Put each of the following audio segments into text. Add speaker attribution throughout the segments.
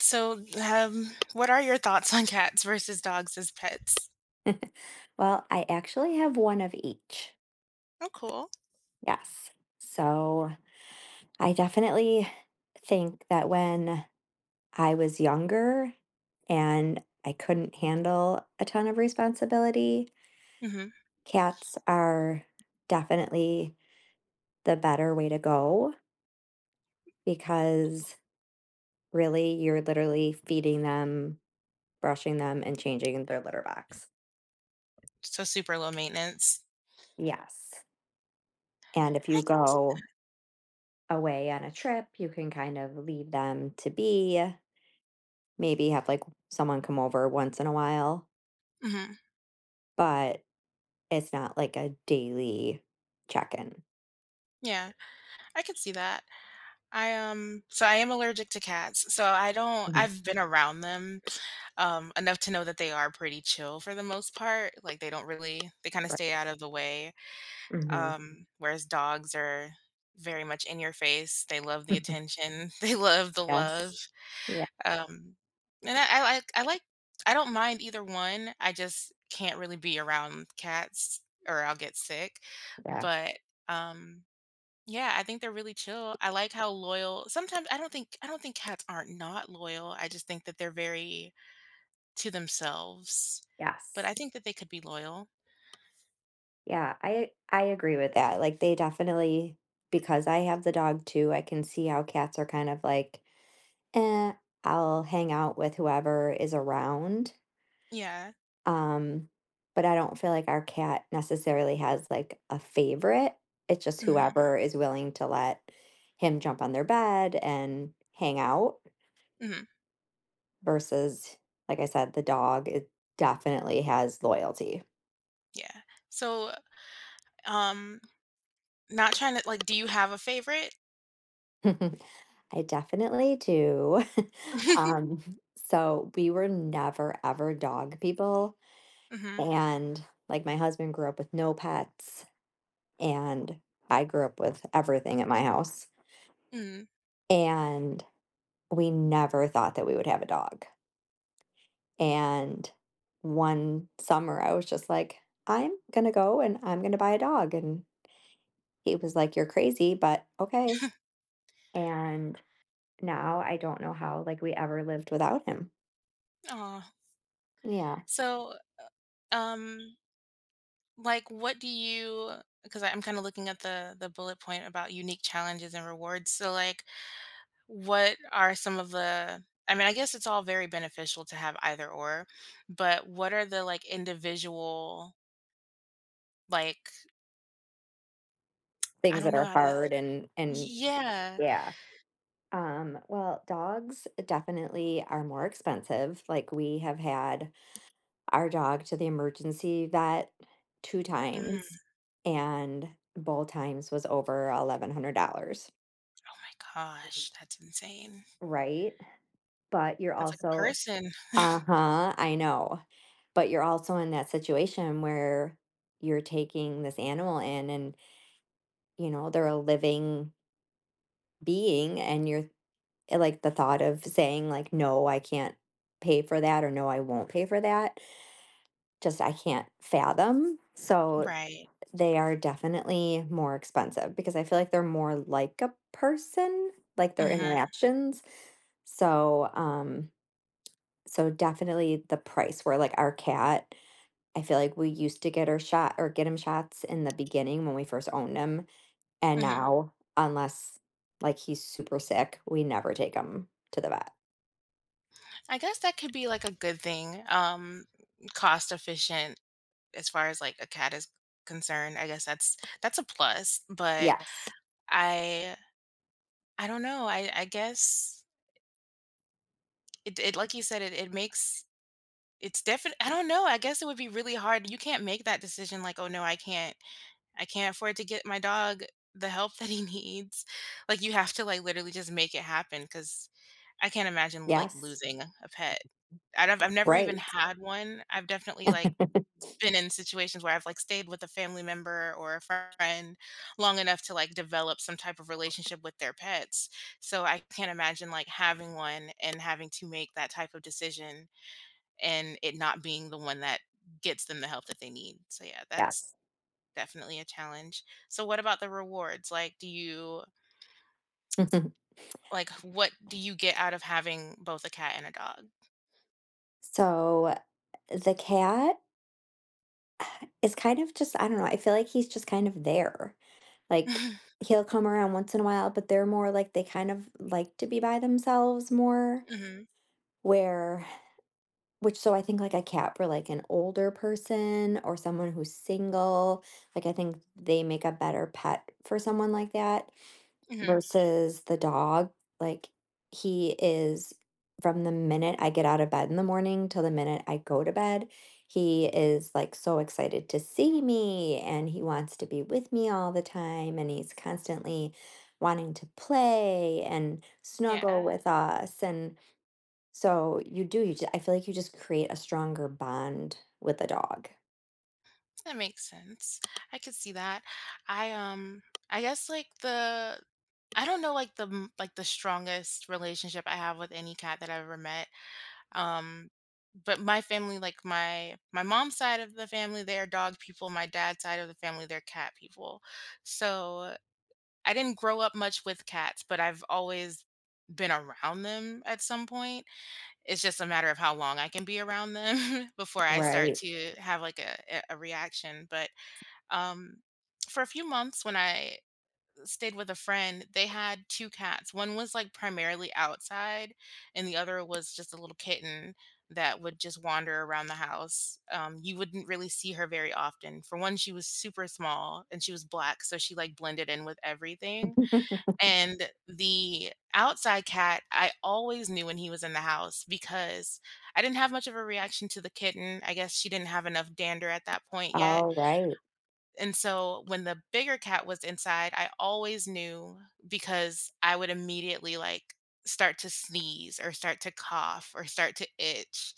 Speaker 1: So, what are your thoughts on cats versus dogs as pets?
Speaker 2: Well, I actually have one of each.
Speaker 1: Oh, cool.
Speaker 2: Yes. So I definitely think that when I was younger and I couldn't handle a ton of responsibility,
Speaker 1: Mhm.
Speaker 2: cats are definitely the better way to go because really you're literally feeding them, brushing them, and changing their litter box.
Speaker 1: So super low maintenance.
Speaker 2: Yes. And if you
Speaker 1: I could
Speaker 2: go away on a trip, you can kind of leave them to be maybe have like someone come over once in a while,
Speaker 1: Mhm.
Speaker 2: but it's not like a daily check-in.
Speaker 1: Yeah, I could see that. So I am allergic to cats, so I don't
Speaker 2: Mhm.
Speaker 1: I've been around them, enough to know that they are pretty chill for the most part, like, they don't really they kinda stay
Speaker 2: Right.
Speaker 1: out of the way,
Speaker 2: Mhm.
Speaker 1: whereas dogs are very much in your face, they love the attention, they love the love.
Speaker 2: Yes. Yeah.
Speaker 1: Um, and I like I don't mind either one. I just can't really be around cats or I'll get sick.
Speaker 2: Yeah.
Speaker 1: But um yeah, I think they're really chill. I like how loyal. Sometimes I don't think cats aren't not loyal. I just think that they're very to themselves.
Speaker 2: Yes.
Speaker 1: But I think that they could be loyal.
Speaker 2: Yeah, I agree with that. Like they definitely because I have the dog too, I can see how cats are kind of like, eh, I'll hang out with whoever is around.
Speaker 1: Yeah.
Speaker 2: Um, but I don't feel like our cat necessarily has like a favorite. It's just
Speaker 1: Mhm.
Speaker 2: whoever is willing to let him jump on their bed and hang out
Speaker 1: Mhm.
Speaker 2: versus, like I said, the dog it definitely has loyalty.
Speaker 1: Yeah. So, um not trying to like do you have a favorite?
Speaker 2: I definitely do. um, so we were never ever dog people.
Speaker 1: mhm.
Speaker 2: And like my husband grew up with no pets, and I grew up with everything at my house.
Speaker 1: Mm.
Speaker 2: And we never thought that we would have a dog. And one summer, I was just like, I'm going to go and I'm going to buy a dog. And he was like, "You're crazy, but okay." And now I don't know how like we ever lived without him.
Speaker 1: Oh.
Speaker 2: Yeah.
Speaker 1: So, um like what do you because I'm kind of looking at the bullet point about unique challenges and rewards so like what are some of the I mean I guess it's all very beneficial to have either or but what are the like individual like I
Speaker 2: Things
Speaker 1: don't
Speaker 2: that
Speaker 1: know
Speaker 2: are
Speaker 1: how to
Speaker 2: hard and
Speaker 1: yeah.
Speaker 2: yeah. Well, dogs definitely are more expensive. Like we have had our dog to the emergency vet 2
Speaker 1: Mm,
Speaker 2: times, and both times was over $1,100.
Speaker 1: oh my gosh that's insane,
Speaker 2: Right? But you're
Speaker 1: that's like a
Speaker 2: also
Speaker 1: person,
Speaker 2: Uh-huh, I know. But you're also in that situation where you're taking this animal in and, you know, they're a living being and you're and, like, the thought of saying, like, "No, I can't pay for that," or "No, I won't pay for that," just I can't fathom. So
Speaker 1: right.
Speaker 2: they are definitely more expensive because I feel like they're more like a person, like their
Speaker 1: Hmm.
Speaker 2: interactions. So, so definitely the price where like our cat, I feel like we used to get her shot or get him shots in the beginning when we first owned him. And
Speaker 1: Hmm.
Speaker 2: now, unless like he's super sick, we never take him to the vet.
Speaker 1: I guess that could be like a good thing, um, cost efficient as far as like a cat is concerned. I guess that's a plus, but
Speaker 2: Yes.
Speaker 1: I I don't know. I guess it like you said it makes it's definite. I don't know. I guess it would be really hard. You can't make that decision like, "Oh no, I can't. I can't afford to get my dog the help that he needs." Like you have to like literally just make it happen cuz I can't imagine like
Speaker 2: Yes.
Speaker 1: losing a pet. I've never even
Speaker 2: Right.
Speaker 1: had one. I've definitely like been in situations where I've, like, stayed with a family member or a friend long enough to, like, develop some type of relationship with their pets. So I can't imagine, like, having one and having to make that type of decision and it not being the one that gets them the help that they need. So, yeah, that's
Speaker 2: Yes.
Speaker 1: definitely a challenge. So what about the rewards? Like, do you like, what do you get out of having both a cat and a dog?
Speaker 2: so the cat it's kind of just I don't know, I feel like he's just kind of there. Like, he'll come around once in a while, but they're more like they kind of like to be by themselves more,
Speaker 1: Mhm.
Speaker 2: where which so I think, like, a cat for, like, an older person or someone who's single, like, I think they make a better pet for someone like that
Speaker 1: Mhm.
Speaker 2: versus the dog, like, he is from the minute I get out of bed in the morning till the minute I go to bed, he is, like, so excited to see me, and he wants to be with me all the time, and he's constantly wanting to play and snuggle
Speaker 1: Yeah.
Speaker 2: with us, and so you do, you ju I feel like you just create a stronger bond with a dog.
Speaker 1: That makes sense. I could see that. I um I guess like the I don't know like the strongest relationship I have with any cat that I've ever met. Um but my family like my mom's side of the family they're dog people, my dad's side of the family they're cat people. So I didn't grow up much with cats, but I've always been around them at some point. It's just a matter of how long I can be around them before I start
Speaker 2: Right.
Speaker 1: to have like a reaction, but um, for a few months when I stayed with a friend, they had two cats. One was like primarily outside, and the other was just a little kitten that would just wander around the house. You wouldn't really see her very often. For one, she was super small and she was black, so she like blended in with everything. And the outside cat, I always knew when he was in the house because I didn't have much of a reaction to the kitten. I guess she didn't have enough dander at that point yet
Speaker 2: All right.
Speaker 1: and so when the bigger cat was inside, I always knew because I would immediately like start to sneeze or start to cough or start to itch.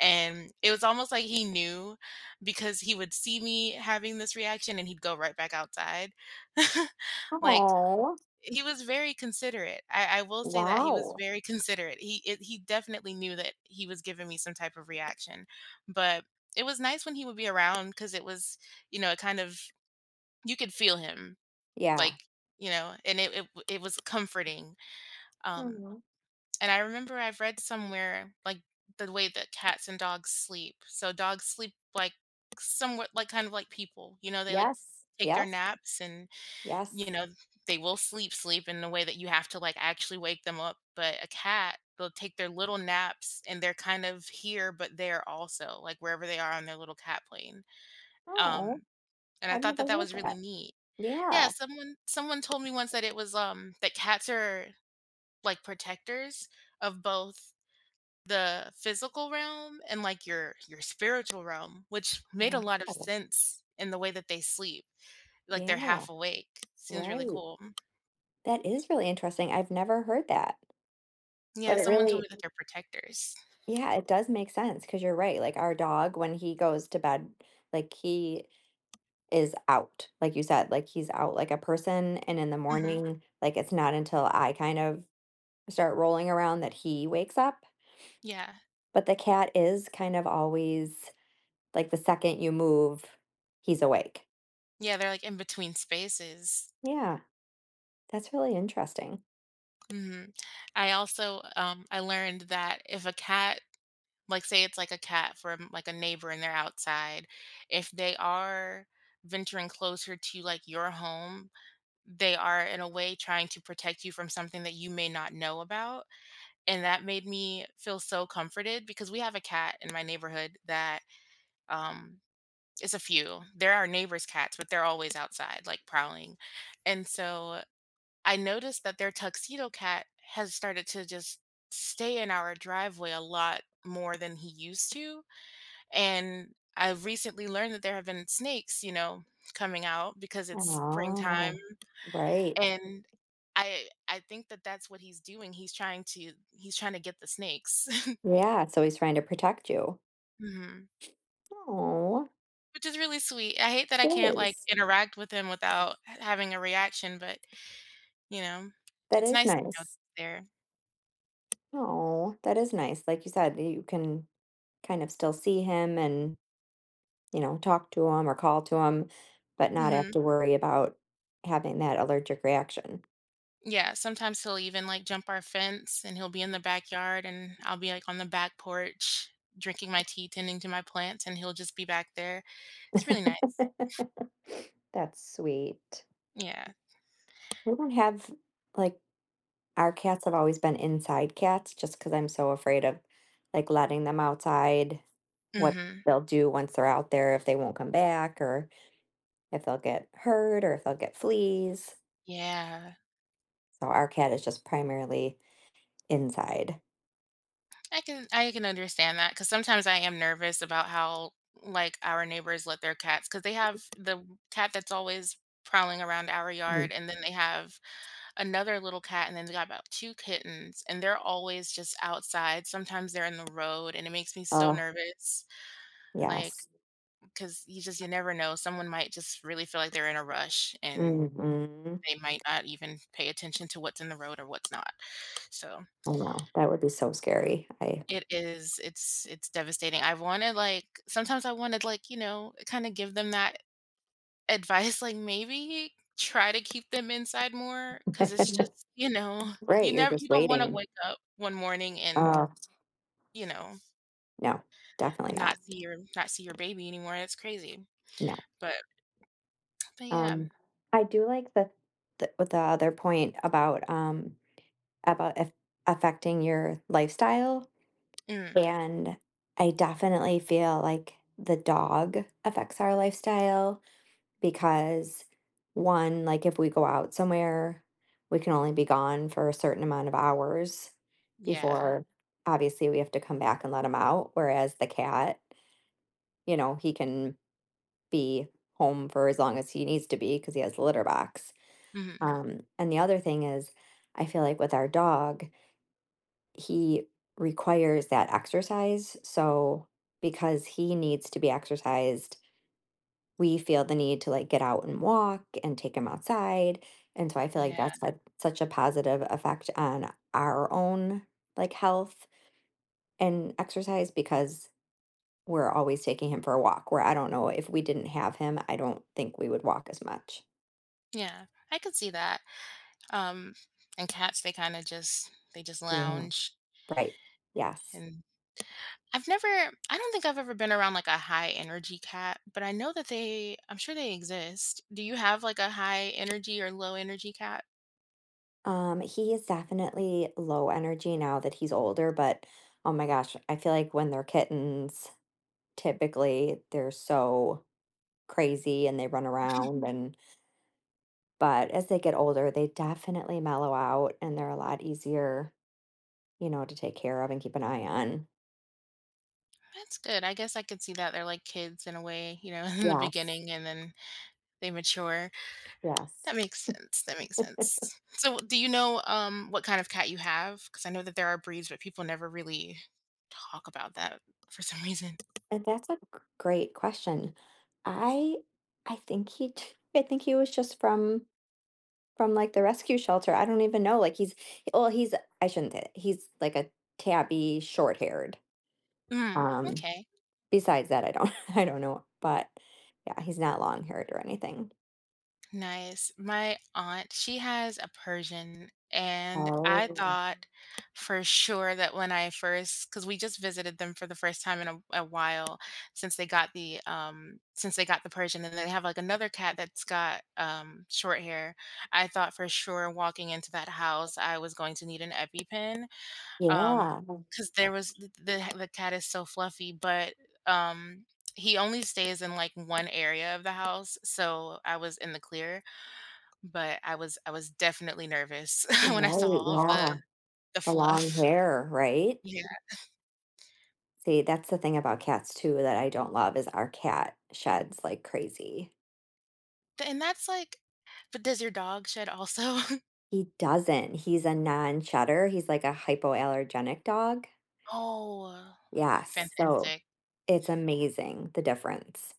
Speaker 1: And it was almost like he knew because he would see me having this reaction and he'd go right back outside. Like
Speaker 2: Oh,
Speaker 1: he was very considerate. I will say that he was
Speaker 2: wow.
Speaker 1: very considerate. He definitely knew that he was giving me some type of reaction, but it was nice when he would be around because it was, you know, it kind of you could feel him, like,
Speaker 2: Yeah.
Speaker 1: you know. And it was comforting, um, and I remember I've read somewhere like the way that cats and dogs sleep. So dogs sleep like somewhat like kind of like people, you know, they like
Speaker 2: Yes,
Speaker 1: take their
Speaker 2: yep,
Speaker 1: naps and you
Speaker 2: yes.
Speaker 1: know they will sleep in the way that you have to like actually wake them up. But a cat, they'll take their little naps and they're kind of here but there also, like wherever they are on their little cat plane.
Speaker 2: Oh,
Speaker 1: um and I
Speaker 2: I've
Speaker 1: thought that
Speaker 2: never
Speaker 1: that
Speaker 2: heard
Speaker 1: was really
Speaker 2: that.
Speaker 1: neat. Yeah,
Speaker 2: Yeah.
Speaker 1: someone told me once that it was that cats are like protectors of both the physical realm and like your spiritual realm, which made a lot of
Speaker 2: Wow.
Speaker 1: sense in the way that they sleep. Like
Speaker 2: Yeah,
Speaker 1: they're half awake. Seems really
Speaker 2: right.
Speaker 1: cool.
Speaker 2: That is really interesting. I've never heard that, but
Speaker 1: Yeah,
Speaker 2: it
Speaker 1: someone told
Speaker 2: really
Speaker 1: me that they're protectors.
Speaker 2: yeah, it does make sense because 'cause you're right, like, our dog, when he goes to bed, like, he is out, like you said, like, he's out like a person, and in the
Speaker 1: Hmm.
Speaker 2: morning, like, it's not until I kind of start rolling around that he wakes up,
Speaker 1: Yeah.
Speaker 2: but the cat is kind of always like, the second you move, he's awake.
Speaker 1: Yeah, they're like in between spaces.
Speaker 2: Yeah. That's really interesting.
Speaker 1: Hmm. I learned that if a cat, like, say it's like a cat from like a neighbor and they're outside. If they are venturing closer to like your home, they are in a way trying to protect you from something that you may not know about. And that made me feel so comforted because we have a cat in my neighborhood that, um, it's a few. They're our neighbors' cats, but they're always outside, like prowling. And so I noticed that their tuxedo cat has started to just stay in our driveway a lot more than he used to and I've recently learned that there have been snakes, you know, coming out because it's springtime,
Speaker 2: Oh, right.
Speaker 1: and I think that that's what he's doing. He's trying to get the snakes.
Speaker 2: Yeah, so he's trying to protect you.
Speaker 1: Mhm.
Speaker 2: Oh,
Speaker 1: Which is really sweet. I hate that I
Speaker 2: that
Speaker 1: can't, like,
Speaker 2: is.
Speaker 1: interact with him without h having a reaction, but, you know,
Speaker 2: That
Speaker 1: it's
Speaker 2: is
Speaker 1: nice to know that
Speaker 2: nice.
Speaker 1: he's there.
Speaker 2: Oh, that is nice. Like you said, you can kind of still see him and, you know, talk to him or call to him, but not have
Speaker 1: Mhm.
Speaker 2: to worry about having that allergic reaction.
Speaker 1: Yeah, sometimes he'll even like jump our fence and he'll be in the backyard and I'll be like on the back porch drinking my tea, tending to my plants, and he'll just be back there. It's really nice.
Speaker 2: That's sweet.
Speaker 1: Yeah.
Speaker 2: They don't have like our cats have always been inside cats just because 'cause I'm so afraid of, like, letting them outside, what
Speaker 1: Hmm.
Speaker 2: they'll do once they're out there, if they won't come back, or if they'll get hurt, or if they'll get fleas.
Speaker 1: Yeah.
Speaker 2: So our cat is just primarily inside.
Speaker 1: I can understand that because sometimes I am nervous about how like our neighbors let their cats because they have the cat that's always prowling around our
Speaker 2: Mm.
Speaker 1: yard and then they have another little cat and then they got about two kittens and they're always just outside. Sometimes they're in the road and it makes me so
Speaker 2: Oh,
Speaker 1: nervous. Like,
Speaker 2: yes.
Speaker 1: cause you never know, someone might just really feel like they're in a rush, and
Speaker 2: Mhm.
Speaker 1: they might not even pay attention to what's in the road or what's not. So,
Speaker 2: I know, that would be so scary. I
Speaker 1: it's devastating. I wanted like sometimes I wanted like, you know, kinda give them that advice, like, maybe try to keep them inside more, cause it's just, you know,
Speaker 2: Right, you're just
Speaker 1: you don't wanna
Speaker 2: waiting.
Speaker 1: wake up one morning and,
Speaker 2: Oh,
Speaker 1: you know,
Speaker 2: no, definitely not.
Speaker 1: not see your baby anymore, it's crazy.
Speaker 2: No.
Speaker 1: But yeah.
Speaker 2: Um, I do like the the other point about if affecting your lifestyle.
Speaker 1: Mm.
Speaker 2: And I definitely feel like the dog affects our lifestyle because, one, like if we go out somewhere, we can only be gone for a certain amount of hours
Speaker 1: Yeah.
Speaker 2: before obviously we have to come back and let him out. Whereas the cat, you know, he can be home for as long as he needs to be because he has a litter box.
Speaker 1: Mhm.
Speaker 2: And the other thing is, I feel like with our dog, he requires that exercise. So because he needs to be exercised, we feel the need to like get out and walk and take him outside. And so I feel like
Speaker 1: Yeah.
Speaker 2: that's had such a positive effect on our own like health and exercise because we're always taking him for a walk. Where I don't know if we didn't have him, I don't think we would walk as much.
Speaker 1: Yeah, I could see that. Um, and cats, they just
Speaker 2: Yeah.
Speaker 1: lounge.
Speaker 2: Right. Yes.
Speaker 1: And I don't think I've ever been around like a high energy cat, but I know that they, I'm sure they exist. Do you have like a high energy or low energy cat?
Speaker 2: He is definitely low energy now that he's older, but oh my gosh, I feel like when they're kittens, typically they're so crazy and they run around and but as they get older, they definitely mellow out and they're a lot easier, you know, to take care of and keep an eye on.
Speaker 1: That's good. I guess I could see that they're like kids in a way, you know, in the
Speaker 2: Yes.
Speaker 1: beginning and then they mature.
Speaker 2: Yes.
Speaker 1: That makes sense. That makes sense. So, do you know what kind of cat you have? Because I know that there are breeds, but people never really talk about that for some reason.
Speaker 2: And that's a great question. I I think he I think he was just from, like, the rescue shelter, I don't even know, like, he's well, he's I shouldn't say that, he's like a tabby short-haired,
Speaker 1: Mm,
Speaker 2: um,
Speaker 1: okay.
Speaker 2: besides that, I don't I don't know, but, yeah, he's not long-haired or anything.
Speaker 1: Nice. My aunt, she has a Persian, and I
Speaker 2: Oh,
Speaker 1: thought for sure that because we just visited them for the first time in a while since they got the Persian, and they have like another cat that's got short hair. I thought for sure walking into that house I was going to need an EpiPen.
Speaker 2: yeah,
Speaker 1: Um,
Speaker 2: all
Speaker 1: cause there was the cat is so fluffy, but, um, he only stays in, like, one area of the house, so I was in the clear, but I was definitely nervous when I saw
Speaker 2: right,
Speaker 1: all of
Speaker 2: yeah,
Speaker 1: the
Speaker 2: the long
Speaker 1: fluff.
Speaker 2: hair. Right?
Speaker 1: Yeah.
Speaker 2: See, that's the thing about cats too that I don't love is our cat sheds like crazy.
Speaker 1: And that's, like, but does your dog shed also?
Speaker 2: He doesn't, he's a non-shedder, he's like a hypoallergenic dog.
Speaker 1: Oh,
Speaker 2: Yes, so
Speaker 1: fantastic.
Speaker 2: it's amazing the difference.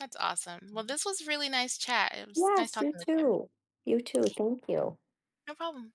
Speaker 1: That's awesome. Well, this was really nice chat. It was nice
Speaker 2: Yes, you
Speaker 1: talking with you.
Speaker 2: too. You too. Thank you.
Speaker 1: No problem.